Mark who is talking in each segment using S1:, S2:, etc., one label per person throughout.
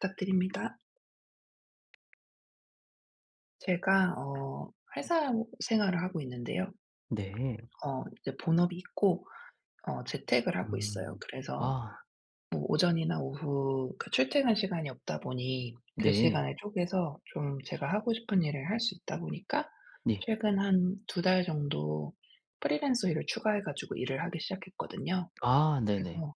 S1: 부탁드립니다. 제가 회사 생활을 하고 있는데요.
S2: 네.
S1: 이제 본업이 있고 재택을 하고 있어요.
S2: 음.
S1: 그래서
S2: 아
S1: 뭐 오전이나 오후 그 출퇴근 시간이 없다 보니 그
S2: 네.
S1: 시간을 쪼개서 좀 제가 하고 싶은 일을 할 수 있다 보니까
S2: 네.
S1: 최근 한두 달 정도 프리랜서 일을 추가해 가지고 일을 하기 시작했거든요.
S2: 아 네네.
S1: 그래서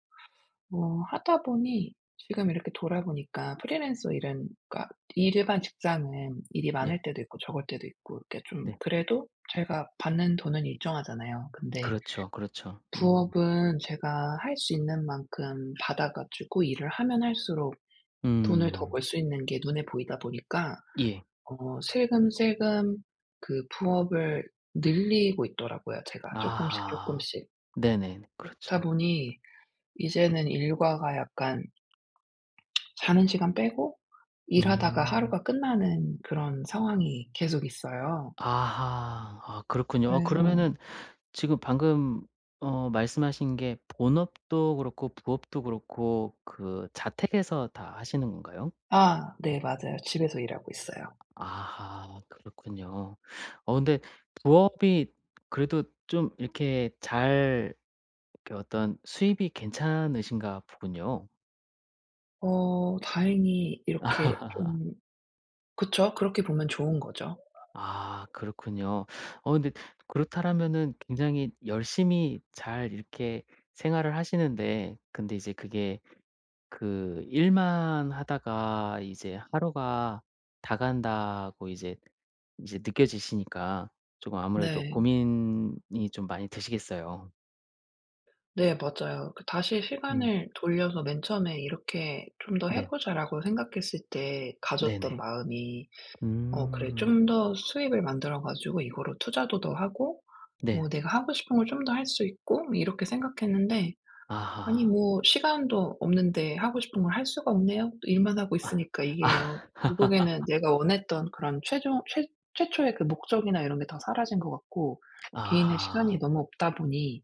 S1: 하다 보니 지금 이렇게 돌아보니까 프리랜서 일은, 그러니까 일반 직장은 일이
S2: 네.
S1: 많을 때도 있고 적을 때도 있고 이렇게 좀
S2: 네.
S1: 그래도 제가 받는 돈은 일정하잖아요. 근데
S2: 그렇죠, 그렇죠. 음.
S1: 부업은 제가 할 수 있는 만큼 받아 가지고 일을 하면 할수록 돈을 더
S2: 음.
S1: 벌 수 있는 게 눈에 보이다 보니까
S2: 예.
S1: 슬금슬금 그 부업을 늘리고 있더라고요, 제가 조금씩 조금
S2: 아하.
S1: 씩
S2: 네네.
S1: 그렇다
S2: 그렇죠.
S1: 보니 이제는 일과가 약간 자는 시간 빼고 일하다가
S2: 음.
S1: 하루가 끝나는 그런 상황이 계속 있어요.
S2: 아하. 아 그렇군요. 아 그러면은
S1: 그래서
S2: 지금 방금 말씀하신 게 본업도 그렇고 부업도 그렇고 그 자택에서 다 하시는 건가요?
S1: 아, 네 맞아요. 집에서 일하고 있어요.
S2: 아하. 그렇군요. 근데 부업이 그래도 좀 이렇게 잘 그 어떤 수입이 괜찮으신가 보군요.
S1: 어 다행히 이렇게 좀. 그쵸. 그렇게 보면 좋은 거죠.
S2: 아 그렇군요. 근데 그렇다라면은 굉장히 열심히 잘 이렇게 생활을 하시는데 근데 이제 그게 그 일만 하다가 이제 '하루가 다 간다.'고 이제 느껴지시니까 조금 아무래도
S1: 네.
S2: 고민이 좀 많이 드시겠어요.
S1: 네 맞아요. 그 다시
S2: 음
S1: 시간을 돌려서 맨 처음에 '이렇게 좀 더 해
S2: 네.
S1: 보자.'라고 생각했을 때 가졌던
S2: 네네.
S1: 마음이 '어 그래,
S2: 음.
S1: 좀 더 수입을 만들어 가지고 이거로 투자도 더 하고
S2: 네.
S1: 뭐 내가 하고 싶은 걸 좀 더 할 수 있고.' 뭐 이렇게 생각했는데 아니
S2: 아하.
S1: 뭐 시간도 없는데 하고 싶은 걸 할 수가 없네요. 또 일만 하고 있으니까 이게요,
S2: 아.
S1: 결국에는 내가 원했던 그런 최종 최 최초의 그 목적이나 이런 게 다 사라진 것 같고, 개인의
S2: 아하.
S1: 시간이 너무 없다 보니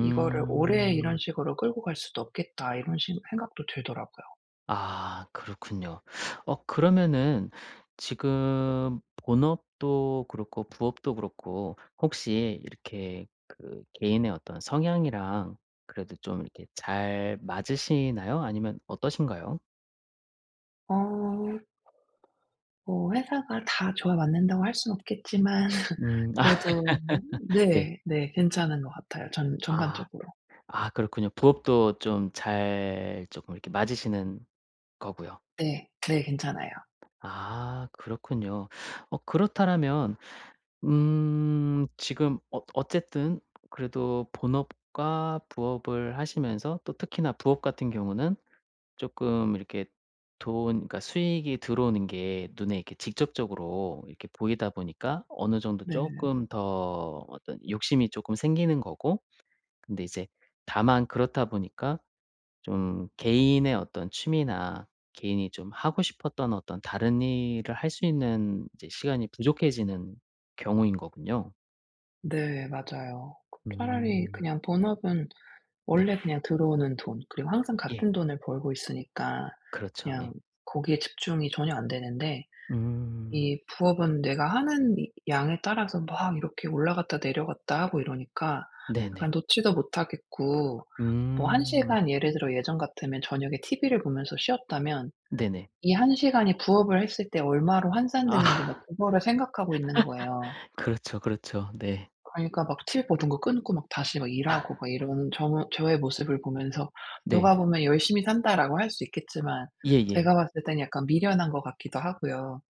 S1: '이거를 오래 이런 식으로 끌고 갈 수도 없겠다.' 이런 식 생각도 들더라고요.
S2: 아 그렇군요. 그러면은 지금 본업도 그렇고 부업도 그렇고 혹시 이렇게 그 개인의 어떤 성향이랑 그래도 좀 이렇게 잘 맞으시나요? 아니면 어떠신가요?
S1: 어 뭐 회사가 다 저와 맞는다고 할 수는 없겠지만
S2: 음. 아
S1: 그래도
S2: 네.
S1: 네. 네 괜찮은 것 같아요, 전
S2: 아.
S1: 전반적으로.
S2: 아 그렇군요. 부업도 좀 잘쪼 이렇게 맞으시는 거고요.
S1: 네. 네 괜찮아요.
S2: 아 그렇군요. 그렇다라면 지금 어쨌든 그래도 본업과 부업을 하시면서 또 특히나 부업 같은 경우는 조금 이렇게 돈 그러니까 수익이 들어오는 게 눈에 이렇게 직접적으로 이렇게 보이다 보니까 어느 정도
S1: 네.
S2: 조금 더 어떤 욕심이 조금 생기는 거고 근데 이제 다만 그렇다 보니까 좀 개인의 어떤 취미나 개인이 좀 하고 싶었던 어떤 다른 일을 할 수 있는 이제 시간이 부족해지는 경우인 거군요.
S1: 네 맞아요. 차라리
S2: 음.
S1: 그냥 본업은
S2: 네.
S1: 원래 그냥 들어오는 돈, 그리고 항상
S2: 예.
S1: 같은 돈을 벌고 있으니까
S2: 그렇죠. 예.
S1: 그냥 거기에 집중이 전혀 안 되는데,
S2: 음.
S1: 이 부업은 내가 하는 이 양에 따라서 막 이렇게 올라갔다 내려갔다 하고 이러니까
S2: 네네.
S1: 약간 놓지도 못하겠고. 뭐 1
S2: 음.
S1: 시간, 예를 들어 예전 같으면 저녁에 TV를 보면서 쉬었다면
S2: 네네.
S1: 이 1 시간이 부업을 했을 때 얼마로 환산되는지 막
S2: 아.
S1: 그거를 생각하고 있는 거예요.
S2: 그렇죠, 그렇죠. 네.
S1: 그러니까 막 TV 보던 거 끊고 막 다시 막 일하고 막 이러는 저의 모습을 보면서
S2: 네.
S1: 누가 보면 '열심히 산다.'라고 할 수 있겠지만
S2: 예예.
S1: 제가 봤을 땐 약간 미련한 것 같기도 하고요.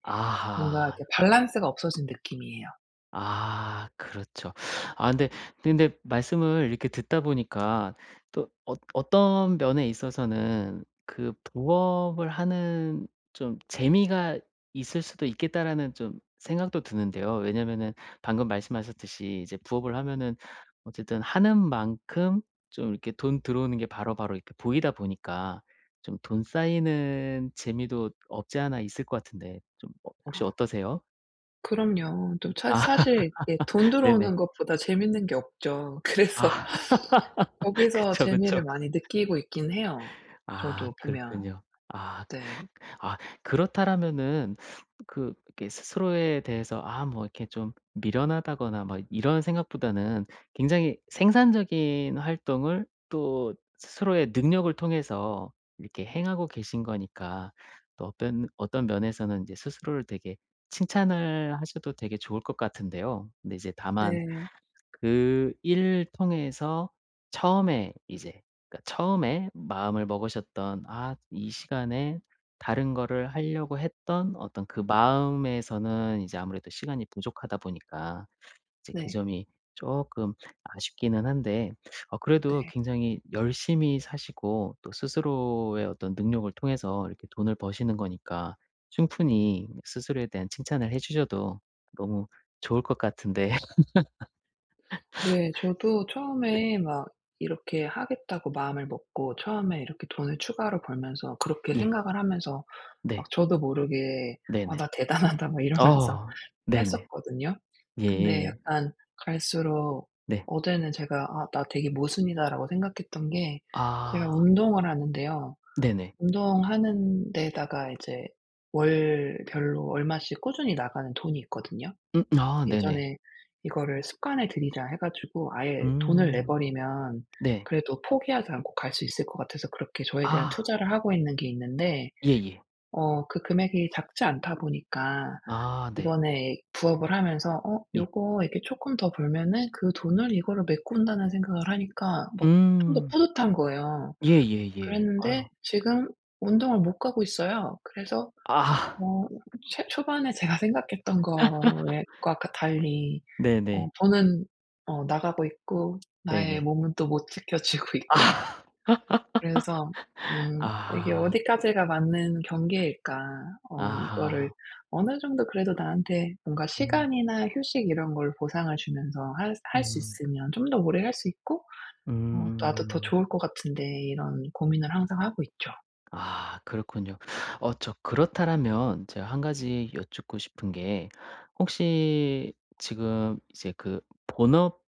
S1: 뭔가
S2: 아하.
S1: 이렇게 밸런스가 없어진 느낌이에요.
S2: 아 그렇죠. 아 근데 말씀을 이렇게 듣다 보니까 또 어떤 면에 있어서는 그 부업을 하는 좀 '재미가 있을 수도 있겠다.'라는 좀 생각도 드는데요. 왜냐면은 방금 말씀하셨듯이 이제 부업을 하면은 어쨌든 하는 만큼 좀 이렇게 돈 들어오는 게 바로바로 이렇게 보이다 보니까 좀 돈 쌓이는 재미도 없지 않아 있을 것 같은데 좀 혹시 어떠세요?
S1: 그럼요. 또 차
S2: 아
S1: 사실 이게 돈
S2: 네네.
S1: 들어오는 것보다 재밌는 게 없죠. 그래서
S2: 아.
S1: 거기서
S2: 그쵸, 그쵸.
S1: 재미를 많이 느끼고 있긴 해요,
S2: 아
S1: 저도 보면.
S2: 그렇군요. 아
S1: 네.
S2: 아 그렇다라면은 그 이렇게 스스로에 대해서 '아 뭐 이렇게 좀 미련하다.'거나 막 이런 생각보다는 굉장히 생산적인 활동을 또 스스로의 능력을 통해서 이렇게 행하고 계신 거니까 또 어떤 면에서는 이제 스스로를 되게 칭찬을 하셔도 되게 좋을 것 같은데요. 근데 이제 다만
S1: 네.
S2: 그 일 통해서 처음에 이제 그러니까 처음에 마음을 먹으셨던 아 이 시간에 다른 거를 하려고 했던 어떤 그 마음에서는 이제 아무래도 시간이 부족하다 보니까 이제 그
S1: 네.
S2: 점이 조금 아쉽기는 한데 그래도
S1: 네.
S2: 굉장히 열심히 사시고 또 스스로의 어떤 능력을 통해서 이렇게 돈을 버시는 거니까 충분히 스스로에 대한 칭찬을 해 주셔도 너무 좋을 것 같은데
S1: 네. 저도 처음에 막 이렇게 하겠다고 마음을 먹고 처음에 이렇게 돈을 추가로 벌면서 그렇게
S2: 예.
S1: 생각을 하면서
S2: 네.
S1: 막 저도 모르게 '아
S2: 네네.
S1: 나 대단하다.' 막 이러면서
S2: 아 네네.
S1: 했었거든요. 근데
S2: 예.
S1: 약간 갈수록,
S2: 네.
S1: 어제는 제가 '아 나 되게 모순이다.'라고 생각했던 게, 제가
S2: 아
S1: 운동을 하는데요.
S2: 네네.
S1: 운동하는 데다가 이제 월별로 얼마씩 꾸준히 나가는 돈이 있거든요.
S2: 아 네네.
S1: 예전에 이거를 '습관에 들이자.' 해 가지고 아예 돈을 내
S2: 음
S1: 버리면
S2: 네.
S1: 그래도 포기하지 않고 갈 수 있을 것 같아서 그렇게 저에 대한
S2: 아
S1: 투자를 하고 있는 게 있는데,
S2: 예예.
S1: 그 금액이 작지 않다 보니까
S2: 아 네.
S1: 이번에 부업을 하면서 '어
S2: 예.
S1: 요거 이렇게 조금 더 벌면은 그 돈을 이거로 메꾼다.'는 생각을 하니까 막 좀 더
S2: 음
S1: 뿌듯한 거예요.
S2: 예예예. 아유.
S1: 그랬는데 지금 운동을 못 가고 있어요. 그래서
S2: 아
S1: 어 최 초반에 제가 생각했던 거에 과 가 달리
S2: 네네.
S1: 저는 나가고 있고 나의
S2: 네네.
S1: 몸은 또 못 지켜주고 있고.
S2: 아.
S1: 그래서 이게
S2: 아하.
S1: 어디까지가 맞는 경계일까? 이거를
S2: 아하.
S1: 어느 정도 그래도 나한테 뭔가
S2: 음
S1: 시간이나 휴식 이런 걸 보상을 주면서 할 수
S2: 음.
S1: 있으면 좀 더 오래 할 수 있고
S2: 음
S1: 나도 더
S2: 음.
S1: 좋을 것 같은데, 이런 고민을 항상 하고 있죠.
S2: 아 그렇군요. 그렇다라면 제가 한 가지 여쭙고 싶은 게 혹시 지금 이제 그 본업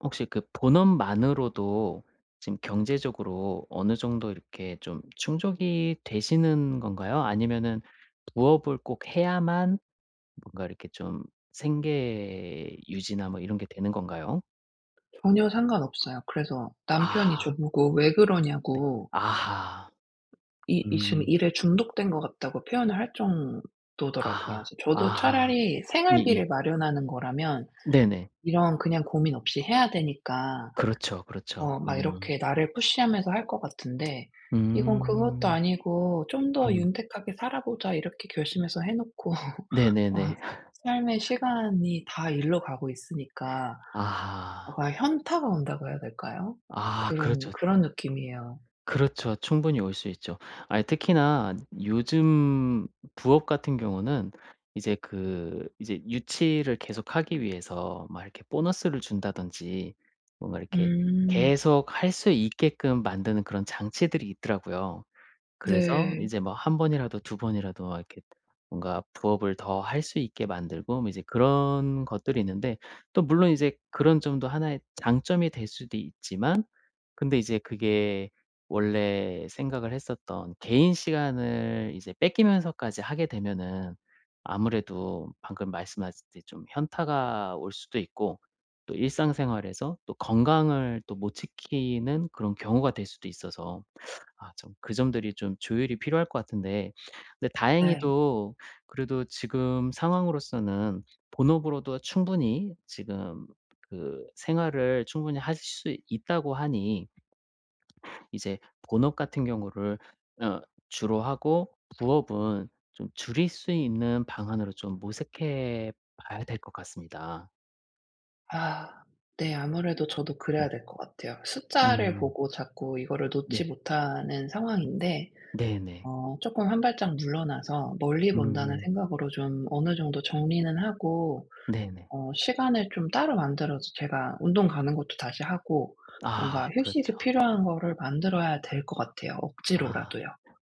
S2: 혹시 그 본업만으로도 지금 경제적으로 어느 정도 이렇게 좀 충족이 되시는 건가요? 아니면은 부업을 꼭 해야만 뭔가 이렇게 좀 생계 유지나 뭐 이런 게 되는 건가요?
S1: 전혀 상관없어요. 그래서 남편이
S2: 아하.
S1: 저보고 "왜 그러냐."고,
S2: 아하.
S1: 이 이 지금
S2: 음.
S1: 일에 중독된 것 같다고 표현을 할 정도더라고요.
S2: 아하.
S1: 그래서 저도
S2: 아하.
S1: 차라리
S2: 예예.
S1: 생활비를 마련하는 거라면
S2: 네네.
S1: 이런 그냥 고민 없이 해야 되니까
S2: 그렇죠, 그렇죠.
S1: 막
S2: 음.
S1: 이렇게 나를 푸시하면서 할 것 같은데 이건 그것도
S2: 음.
S1: 아니고 '좀 더
S2: 음.
S1: 윤택하게 살아보자.' 이렇게 결심해서 해 놓고 어
S2: 네네네.
S1: 삶의 시간이 다 일로 가고 있으니까 약
S2: 아하.
S1: 가 현타가 온다고 해야 될까요?
S2: 아
S1: 그런
S2: 그렇죠.
S1: 그런 느낌이에요.
S2: 그렇죠. 충분히 올 수 있죠. 아니 특히나 요즘 부업 같은 경우는 이제 그 이제 유치를 계속하기 위해서 막 이렇게 보너스를 준다든지 뭔가 이렇게
S1: 음.
S2: 계속 할 수 있게끔 만드는 그런 장치들이 있더라고요. 그래서
S1: 네.
S2: 이제 뭐 한 번이라도 두 번이라도 막 이렇게 뭔가 부업을 더 할 수 있게 만들고 뭐 이제 그런 것들이 있는데 또 물론 이제 그런 점도 하나의 장점이 될 수도 있지만 근데 이제 그게 원래 생각을 했었던 개인 시간을 이제 뺏기면서까지 하게 되면은 아무래도 방금 말씀하셨듯때좀 현타가 올 수도 있고 또 일상생활에서 또 건강을 또 못 지키는 그런 경우가 될 수도 있어서 아 좀 그 점들이 좀 조율이 필요할 것 같은데 근데
S1: 네.
S2: 다행히도 그래도 지금 상황으로서는 본업으로도 충분히 지금 그 생활을 충분히 하실 수 있다고 하니 이제 본업 같은 경우를 어 주로 하고 부업은 좀 줄일 수 있는 방안으로 좀 모색해 봐야 될 것 같습니다.
S1: 아 네. 아무래도 저도
S2: 네.
S1: 그래야 될 것 같아요. 숫자를
S2: 음.
S1: 보고 자꾸 이거를 놓지
S2: 네.
S1: 못하는 상황인데
S2: 네네.
S1: 어금한 발짝 물러나서 멀리 본다는
S2: 음.
S1: 생각으로 좀 어느 정도 정리는 하고
S2: 네네.
S1: 시간을 좀 따로 만들어서 제가 운동 가는 것도 다시 하고, 뭔가
S2: 아 그렇죠.
S1: 휴식이 필요한 거를 만들어야 될 것 같아요,
S2: 아.
S1: 억지로라도요.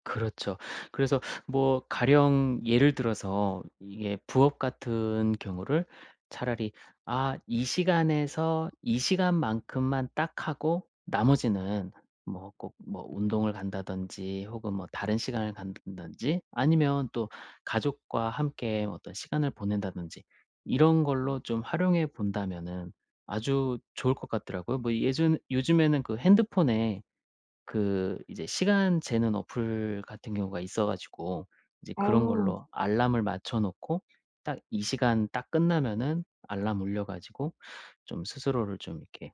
S2: 그렇죠. 그래서 뭐 가령 예를 들어서 이게 부업 같은 경우를 차라리 '아 이 시간에서 이 시간만큼만 딱 하고 나머지는 뭐 꼭 뭐 운동을 간다든지 혹은 뭐 다른 시간을 간다든지 아니면 또 가족과 함께 어떤 시간을 보낸다든지 이런 걸로 좀 활용해 본다면은 아주 좋을 것 같더라고요. 뭐 예전 요즘에는 그 핸드폰에 그 이제 시간 재는 어플 같은 경우가 있어 가지고 이제
S1: 아.
S2: 그런 걸로 알람을 맞춰 놓고 딱 이 시간 딱 끝나면은 알람 울려 가지고 좀 스스로를 좀 이렇게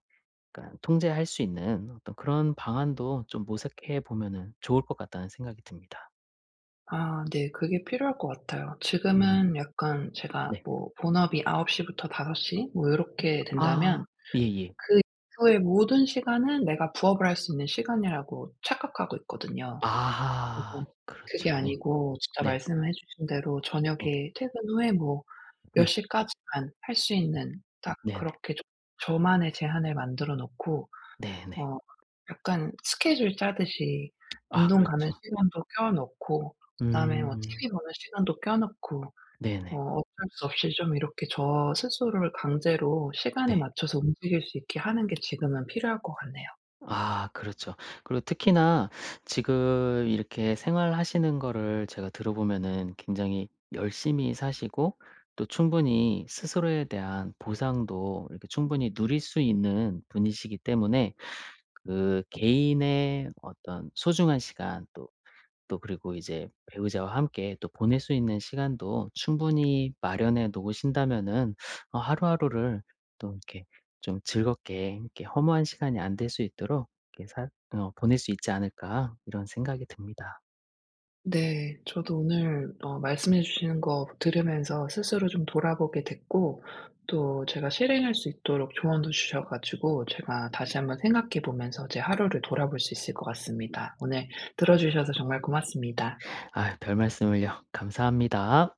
S2: 약간 통제할 수 있는 어떤 그런 방안도 좀 모색해 보면은 좋을 것 같다는 생각이 듭니다.
S1: 아 네. 그게 필요할 것 같아요.
S2: 음
S1: 지금은 약간 제가
S2: 네.
S1: 뭐 본업이 9시 부터 5시 뭐 이렇게
S2: 아
S1: 된다면
S2: 예예.
S1: 그 이후의 모든 시간은 내가 부업을 할 수 있는 시간이라고 착각하고 있거든요. 그래서
S2: 아 그렇죠.
S1: 그게 아니고 진짜
S2: 네.
S1: 말씀해 주신 대로
S2: 네.
S1: 저녁에 퇴근 후에 뭐
S2: 네.
S1: 몇
S2: 네.
S1: 시까지만 할 수 있는 딱
S2: 네네.
S1: 그렇게 좀 저만의 제한을 만들어 놓고
S2: 네네.
S1: 어 약간 스케줄 짜듯이
S2: 아
S1: 운동 가는
S2: 그렇죠.
S1: 시간도 껴 넣고 그다음에 뭐
S2: 음.
S1: TV 보는 시간도 껴 넣고.
S2: 네네.
S1: 어쩔 수 없이 좀 이렇게 저 스스로를 강제로 시간에
S2: 네.
S1: 맞춰서 움직일 수 있게 하는 게 지금은 필요할 것 같네요.
S2: 아 그렇죠. 그리고 특히나 지금 이렇게 생활하시는 거를 제가 들어보면은 굉장히 열심히 사시고 또 충분히 스스로에 대한 보상도 이렇게 충분히 누릴 수 있는 분이시기 때문에 그 개인의 어떤 소중한 시간 또 그리고 이제 배우자와 함께 또 보낼 수 있는 시간도 충분히 마련해 놓으신다면은 하루하루를 또 이렇게 좀 즐겁게 이렇게 허무한 시간이 안 될 수 있도록 이렇게 살 어 보낼 수 있지 않을까 이런 생각이 듭니다.
S1: 네. 저도 오늘 말씀해 주시는 거 들으면서 스스로 좀 돌아보게 됐고, 또 제가 실행할 수 있도록 조언도 주셔 가지고 제가 다시 한번 생각해 보면서 제 하루를 돌아볼 수 있을 것 같습니다. 오늘 들어 주셔서 정말 고맙습니다.
S2: 아 별말씀을요. 감사합니다.